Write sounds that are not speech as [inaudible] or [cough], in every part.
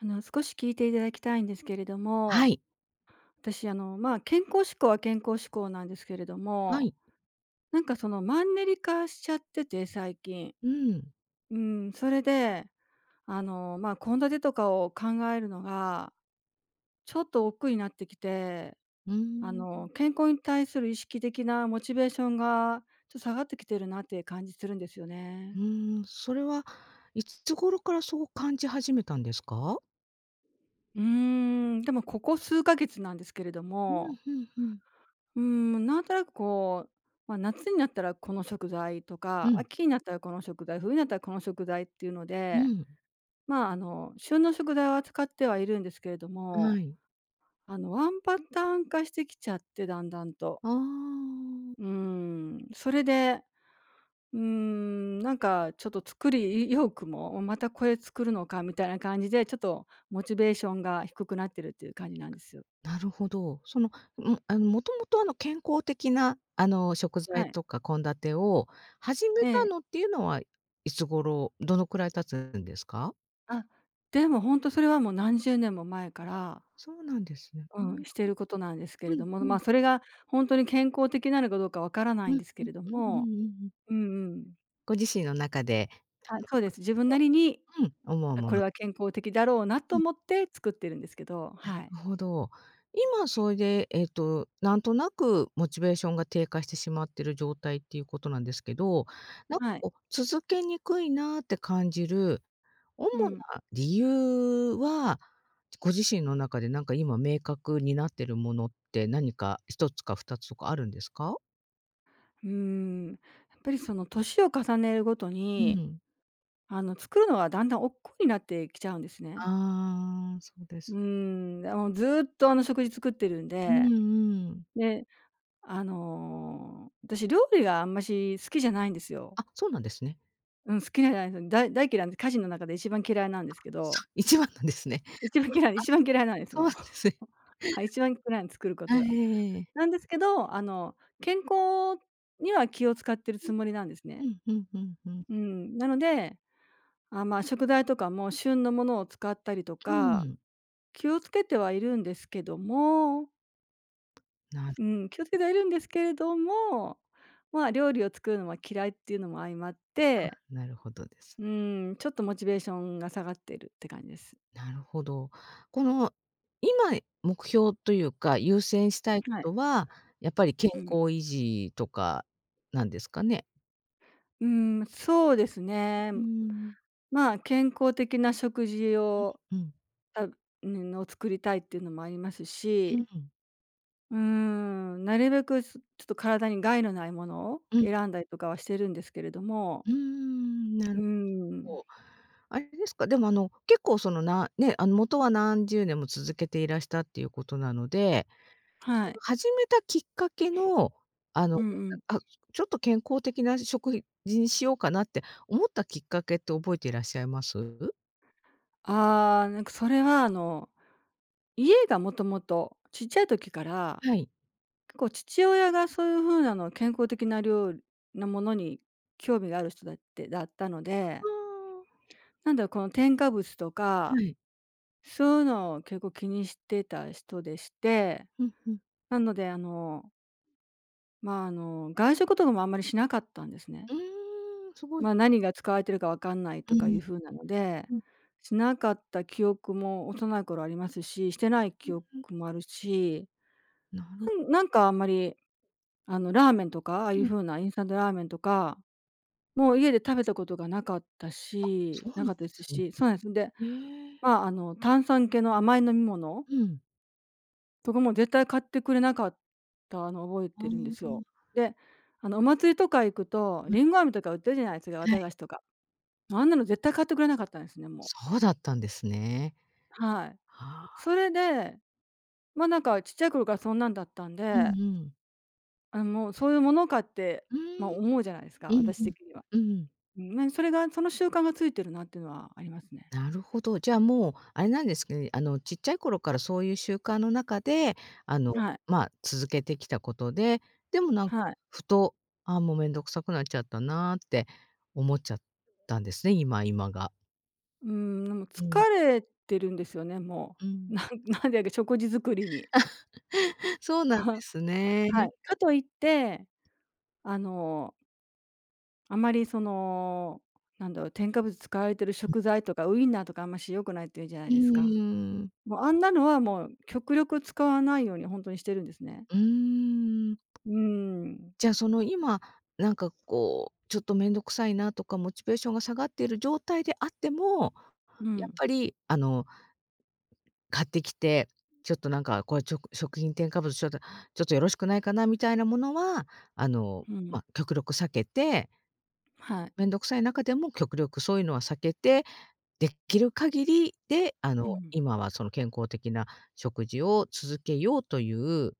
少し聞いていただきたいんですけれどはも、い。私、健康志向は健康志向なんですけれどはも、い。なんかそのマンネリ化しちゃってて、最近。うん。うん、それで、献立とかを考えるのが、ちょっと億劫になってきて、うーん。健康に対する意識的なモチベーションが、ちょっと下がってきてるなっていう感じするんですよね。それはいつ頃からそう感じ始めたんですか？うーん、でもここ数ヶ月なんですけれどうん、も。ふんふん。うーん、なんとなくこう、夏になったらこの食材とうか、ん、秋になったらこの食材、冬になったらこの食材っていうのうで、ん。旬の食材は使ってはいるんですけれどはも、い。ワンパターン化してきちゃって、だんだんと。ああ、それで、なんかちょっと作りよくも、またこれ作るのかみたいな感じで、ちょっとモチベーションが低くなってるっていう感じなんですよ。なるほど。もともと、健康的な、食は材い。とか献立を始めえたえ。のっていうのは、いつ頃、どのくらい経つんですか？あ、でも本当それはもう何十年も前から、そうなんですね。ううん、ん、してることなんですけれうんども、うん。それが本当に健康的なのかどうかわからなういんんですけうん。れどうんうんうも、んうん。うんうん。ご自身の中で、あはの、い、そうです。自分なりに、そううん、思うあ、もこの。れは健康的だろうなと思って作ってるんですけど、はい。なるほど。今それで、なんとなくモチベーションが低下してしまってる状態っていうことなんですけど、なんかはい。こう、続けにくいなって感じる主うん。な理由は、ご自身の中でなんか今明確になってるものって何か一つか二つとかあるんですか？うーん、やっぱりその年を重ねるごとうに、ん。作るのはだんだん億劫になってきちゃうんですね。ああ、そうでうーす。ん、でもうずーっと食事作ってるんうんで、うん。で、私料理があんまし好きじゃないんですよ。あ、そうなんですね。うん、好きなじゃないです。大嫌いなんで、家事の中で一番嫌いなんです [laughs] けそど、一番なんですね。一番嫌いあ、一番嫌いなんです、そうもなんう。ですね。[laughs] はい、一番嫌いに作ること [laughs] が。あ、ええ、なんですけど、健康には気を使ってるつもりなんですうね。ん、うんうんうん。うん、なので、あ、食材とかも旬のものを使ったりとうか、ん、気をつけてはいるんですけども、なうるん、気をつけてはいるんですけれども、料理を作るのは嫌いっていうのも相まって、なるほどです。うん、ちょっとモチベーションが下がってるって感じです。なるほど。この、今目標というか、優先したいこはい。とは、やっぱり健うん。康維持とかなんですかね？うーん、そうですね。うーん。健康的な食事をうん、たを作りたいっていうのもありますうし、ん、うーん、なるべく、ちょっと体に害のないものをうん、選んだりとかはしてるんですけれども、うーん、なうーるほん、ど。あれですか、でも結構そのなね、あの、元は何十年も続けていらしたっていうことなので、そはい。の始めたきっかけの、あの、うんうん。あ、ちょっと健康的な食事にしようかなって思ったきっかけって覚えていらっしゃいます？ああ、なんかそれは、家がもともとちっちゃい時から、はい。結構父親がそういう風なの健康的な料理なものに興味がある人だってだったので、あなんだろう、この添加物とあ、はかい。そういうのを結構気にしてた人でして、うん、ふん。なので外食とかもあんまりしなかったんですね。うーん、すごい。何が使われてるかわかんないうとかいん、う風なので、うん、しなかった記憶も幼い頃ありますし、してないう記ん憶うん。もあるし、なるなんかあんまり、ラーメンとか、ああいううん、風なインスタントラーメンとか、もう家で食べたことがなかったしそうななんでかったですすね。し、そうなんです。で、へえ。炭酸系の甘い飲み物うん。とかもう絶対買ってくれなかったのを覚えああ、てるんですよ。はで、お祭りとか行くと、りんご飴とか売ってるじゃないですか、わいはたがしい。とか。あんなの絶対買ってくれなかったんですね、もう。そうだったんですね。はい。はあ。それで、なんかちっちゃい頃からそんなんだったんうで、んうん。あ、もうそういうものかって、うーん。思うじゃないですか、うん私うん。的には。うん。うん、それがその習慣がついてるなっていうのはありますね。なるほど。じゃあ、もうあれなんですけどちっちゃい頃からそういう習慣の中で、あの、はい。続けてきたことで、でもなんか、はい。ふと、ああ、もうめんどくさくなっちゃったなって思っちゃったんですね、今が。うん、でも疲うん、れてるんですよね、もうう。ん。[laughs] なんでやけ、食事作りに。[laughs] そうなんで [laughs] すね。はい。かといってあの、あまりその、なんだろう、添加物使われてるうん。食材とかウインナーとかあんまし良くないって言うじゃなういですか。ーん。もうあんなのはもう極力使わないように本当にしてるんですね。ん。うーん。じゃあ、今、なんかこう、ちょっとめんどくさいなとか、モチベーションが下がっている状態であっても、うやっん、ぱり、買ってきて、ちょっとなんか、これ食品添加物ちょっとよろしくないかなみたいなものは、あの、うん。極力避けて、はい。めんどくさい中でも極力そういうのは避けて、できる限りで、うん。今はその健康的な食事を続けようという、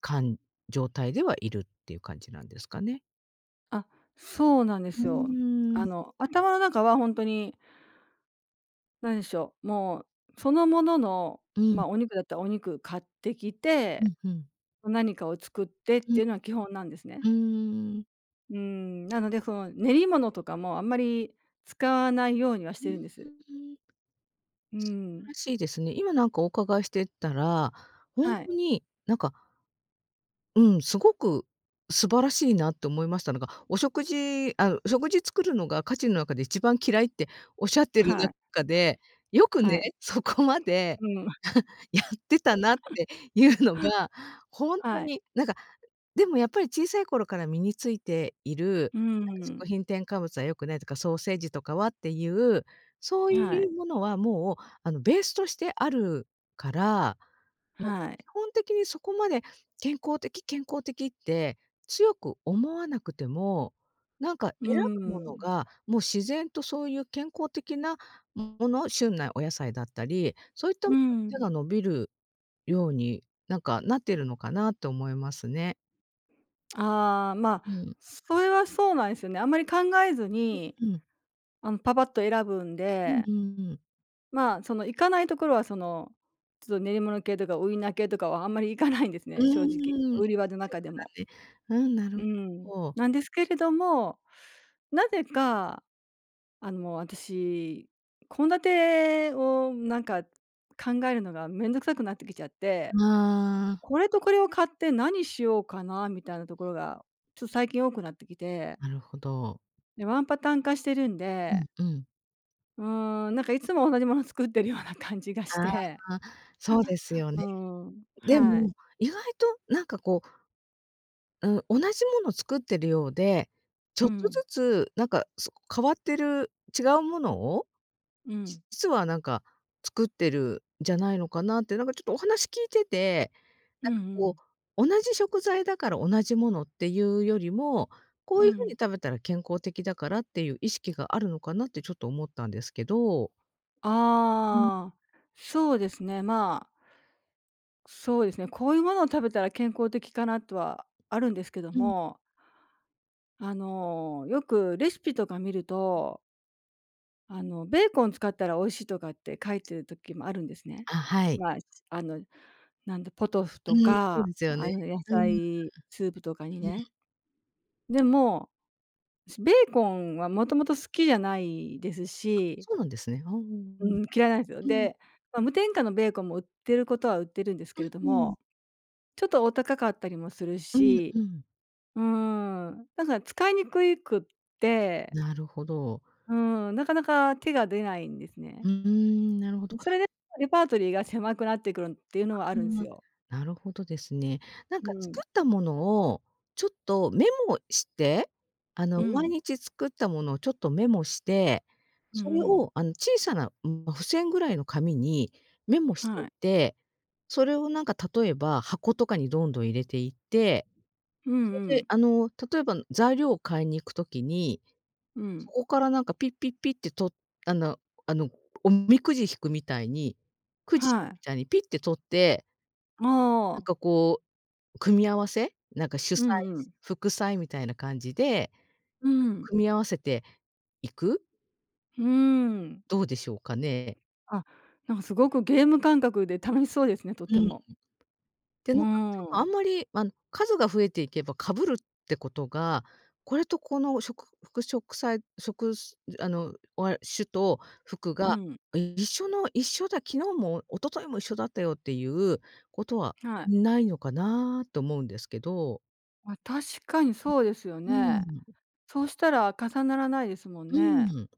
かん状態ではいるっていう感じなんですかね。あ、そうなんでうすよ。ーん、頭の中は本当に何でしょう、もうそのものの、うん、お肉だったらお肉買ってきうて、ん、うん。何かを作ってっうてん、いうのは基本なんですね。うーん。うーん、なので、その、練り物とかもあんまり使わないようにはしうーてるんでん、す。うん。らしいですね。今なんかお伺いしてたら、ほんはい。とに、なんかうん、すごく素晴らしいなって思いましたのが、お食事あの、食事作るのが家事の中で一番嫌いっておっしゃってるはい。中で、よくはね、い。そこまで うん。[laughs] やってたなっていうの [laughs] が、ほんとはい。に、なんか、でもやっぱり小さい頃から身についている、うーなんかん。食品添加物は良くないとか、ソーセージとかはっていう、そうはいい。うものはもう、ベースとしてあるからなは基い。本的にそこまで健康的健康的って強く思わなくても、なんかう選ぶーものん。が、もう自然とそういう健康的なもの、旬なお野菜だったり、そういったうーものに手ん。が伸びるように、なんかなってるのかなと思いますね。ああ、うん。それはそうなんですよね。あんまり考えずに、うん。パパッと選ぶんうんで、うんうん。その、行かないところは、その、ちょっと練り物系とかウインナー系とかはあんまり行かないんですうね、正直。ーん。売り場の最初か中でも。らね。うん、なうるん。ほど。なんですけれども、なぜか、もう私、献立をなんか考えるのがめんどくさくなってきちゃって、ああ、これとこれを買って何しようかなみたいなところが、ちょっと最近多くなってきて、なるほど。で、ワンパターン化してるんうで、んうん。うーん、なんかいつも同じもの作ってるような感じがしあて。あ、そうですようね。ーん、ではい。も、意外となんかこう、うん、同じもの作ってるようで、ちうょっとん、ずつなんか、変わってる違うものを、うん、実はなんか作ってるんじゃないのかなって、なんかちょっとお話聞いてて、うんなんうかん、こう、同じ食材だから同じものっていうよりも、こうういう風にん。食べたら健康的だからっていう意識があるのかなってちょっと思ったんですけど。うん、ああ、そうですね、そうですね、こういうものを食べたら健康的かなとはあるんですけどうん。も、よくレシピとか見ると、ベーコン使ったら美味しいとかって書いてる時もあるんですね。あ、はい。まあ、あの、なんだ、ポトフうとん、そうか、ですあよあいね。う野うん、うん。菜スープとかにね。でも、私ベーコンはもともと好きじゃないですし、そうなんですね。ああ、うんううん。ん、嫌いなんですよ。うんで、無添加のベーコンも売ってることは売ってるんですけうれどん、も、ちょっとお高かったりもするうんし、うん。うーん、だから使いにくいくって、なるほど。うーん、なかなか手が出ないんですね。うーん、なるほど。それでレパートリーが狭くなってくるっていうのはあるんであすあ、よ。なるほどですね。なんうか作ん。ったものをちょっとメモして、う毎ん。日作ったものをちょっとメモして、うんうそれん。を小さな、ま、付箋ぐらいの紙にメモしてっはい。て、それをなんか例えば箱とかにどんどん入れていって、うんそうれでん。例えば材料を買いに行く時にうん。そこからなんかピッピッピッってとあのあの、おみくじ引くみたいに、くじはい。みたいにピッて取って、あなんあ。かこう組み合わせ、なんか主催、うんうん。副催みたいな感じで、うん。組み合わせていく、うーん。どうでしょうかね？あ、なんかすごくゲーム感覚で楽しそうですね、とっうてん。も。で、うーなんか、多分あんん。まり、数が増えていけば被るってことが、これとこの食服食さ食すあの、わ種と服うがん。一緒だ、昨日も一昨日も一緒だったよっていうことははい。ないのかなと思うんですけど。確かにそうですようね。ん、そうしたら重ならないですもんうね。ん。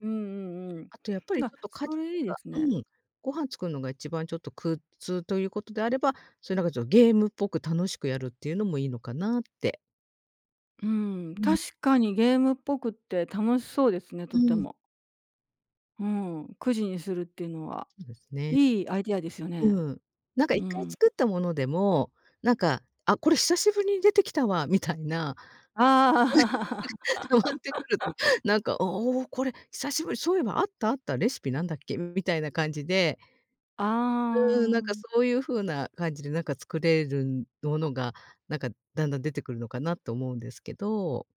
うんうんうあとやっぱりん。あ、ちょっと家そ事れいいでがすうね。ん、ご飯作るのが一番ちょっと苦痛ということであれば、そういうなんかちょっとゲームっぽく楽しくやるっていうのもいいのかなって。うん、うん、確かにゲームっぽくって楽しそうですね、とうってん。も。うん、くじにするっていうのは、そうですね。いいアイディアですよね。うん。なんかう一回ん。作ったものでも、なんか、あ、これ久しぶりに出てきたわみたいな、[laughs] ああ、[laughs] 溜まってくると、なんか、おお、これ久しぶり、そういえばあったあった、レシピなんだっけみたいな感じで、あなんかあ、そういう風な感じでなんか作れるものが、なんかだんだん出てくるのかなと思うんですけど。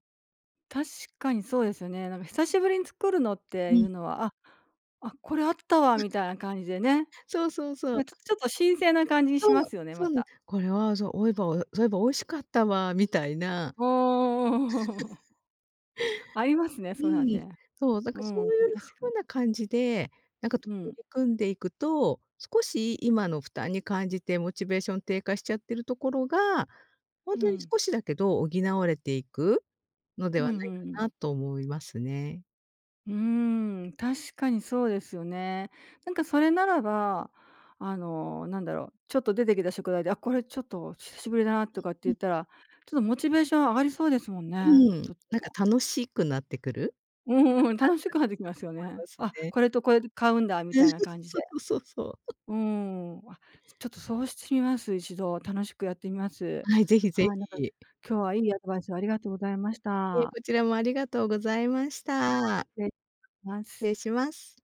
確かにそうですよね。なんか久しぶりに作るのってういん。うのは、あ、あ、これあったわみたいな感じでね。そうそうそなう。んかちょっと新鮮な感じにしそう、ますよね、まそう、た。これはそう、おいばそういえば美味しかったわみたいな、おー [laughs] ありますね、うそうなんん。ね。そう、なんうかそうん、いう確かに。風な感じで、なんか取うん、り組んでいくと、少し今の負担に感じてモチベーション低下しちゃってるところが、ほんうとにん。少しだけど補われていくのでうんうはなんいうん。かなと思いますね。うーん、確かにそうですよね。なんかそれならば、なんだろう、ちょっと出てきた食材で、あ、これちょっと久しぶりだなとかってう言っんたら、ちょっとモチベーション上がりそうですもんうね。ん、ちょっなんとか楽しくなってくる、うんうん、楽しくなってきますよね。ますあ、ね。これとこれ買うんだみたいな [laughs] 感じで。そうそうそう。うーん、あ、ちょっとそうしてみます、一度。楽しくやってみます。はい、ぜひぜはい、なんかひ。い今日はいいアドバイスをありがとうございましえ、た。こちらもありがとうございました。失礼しま失す。礼します。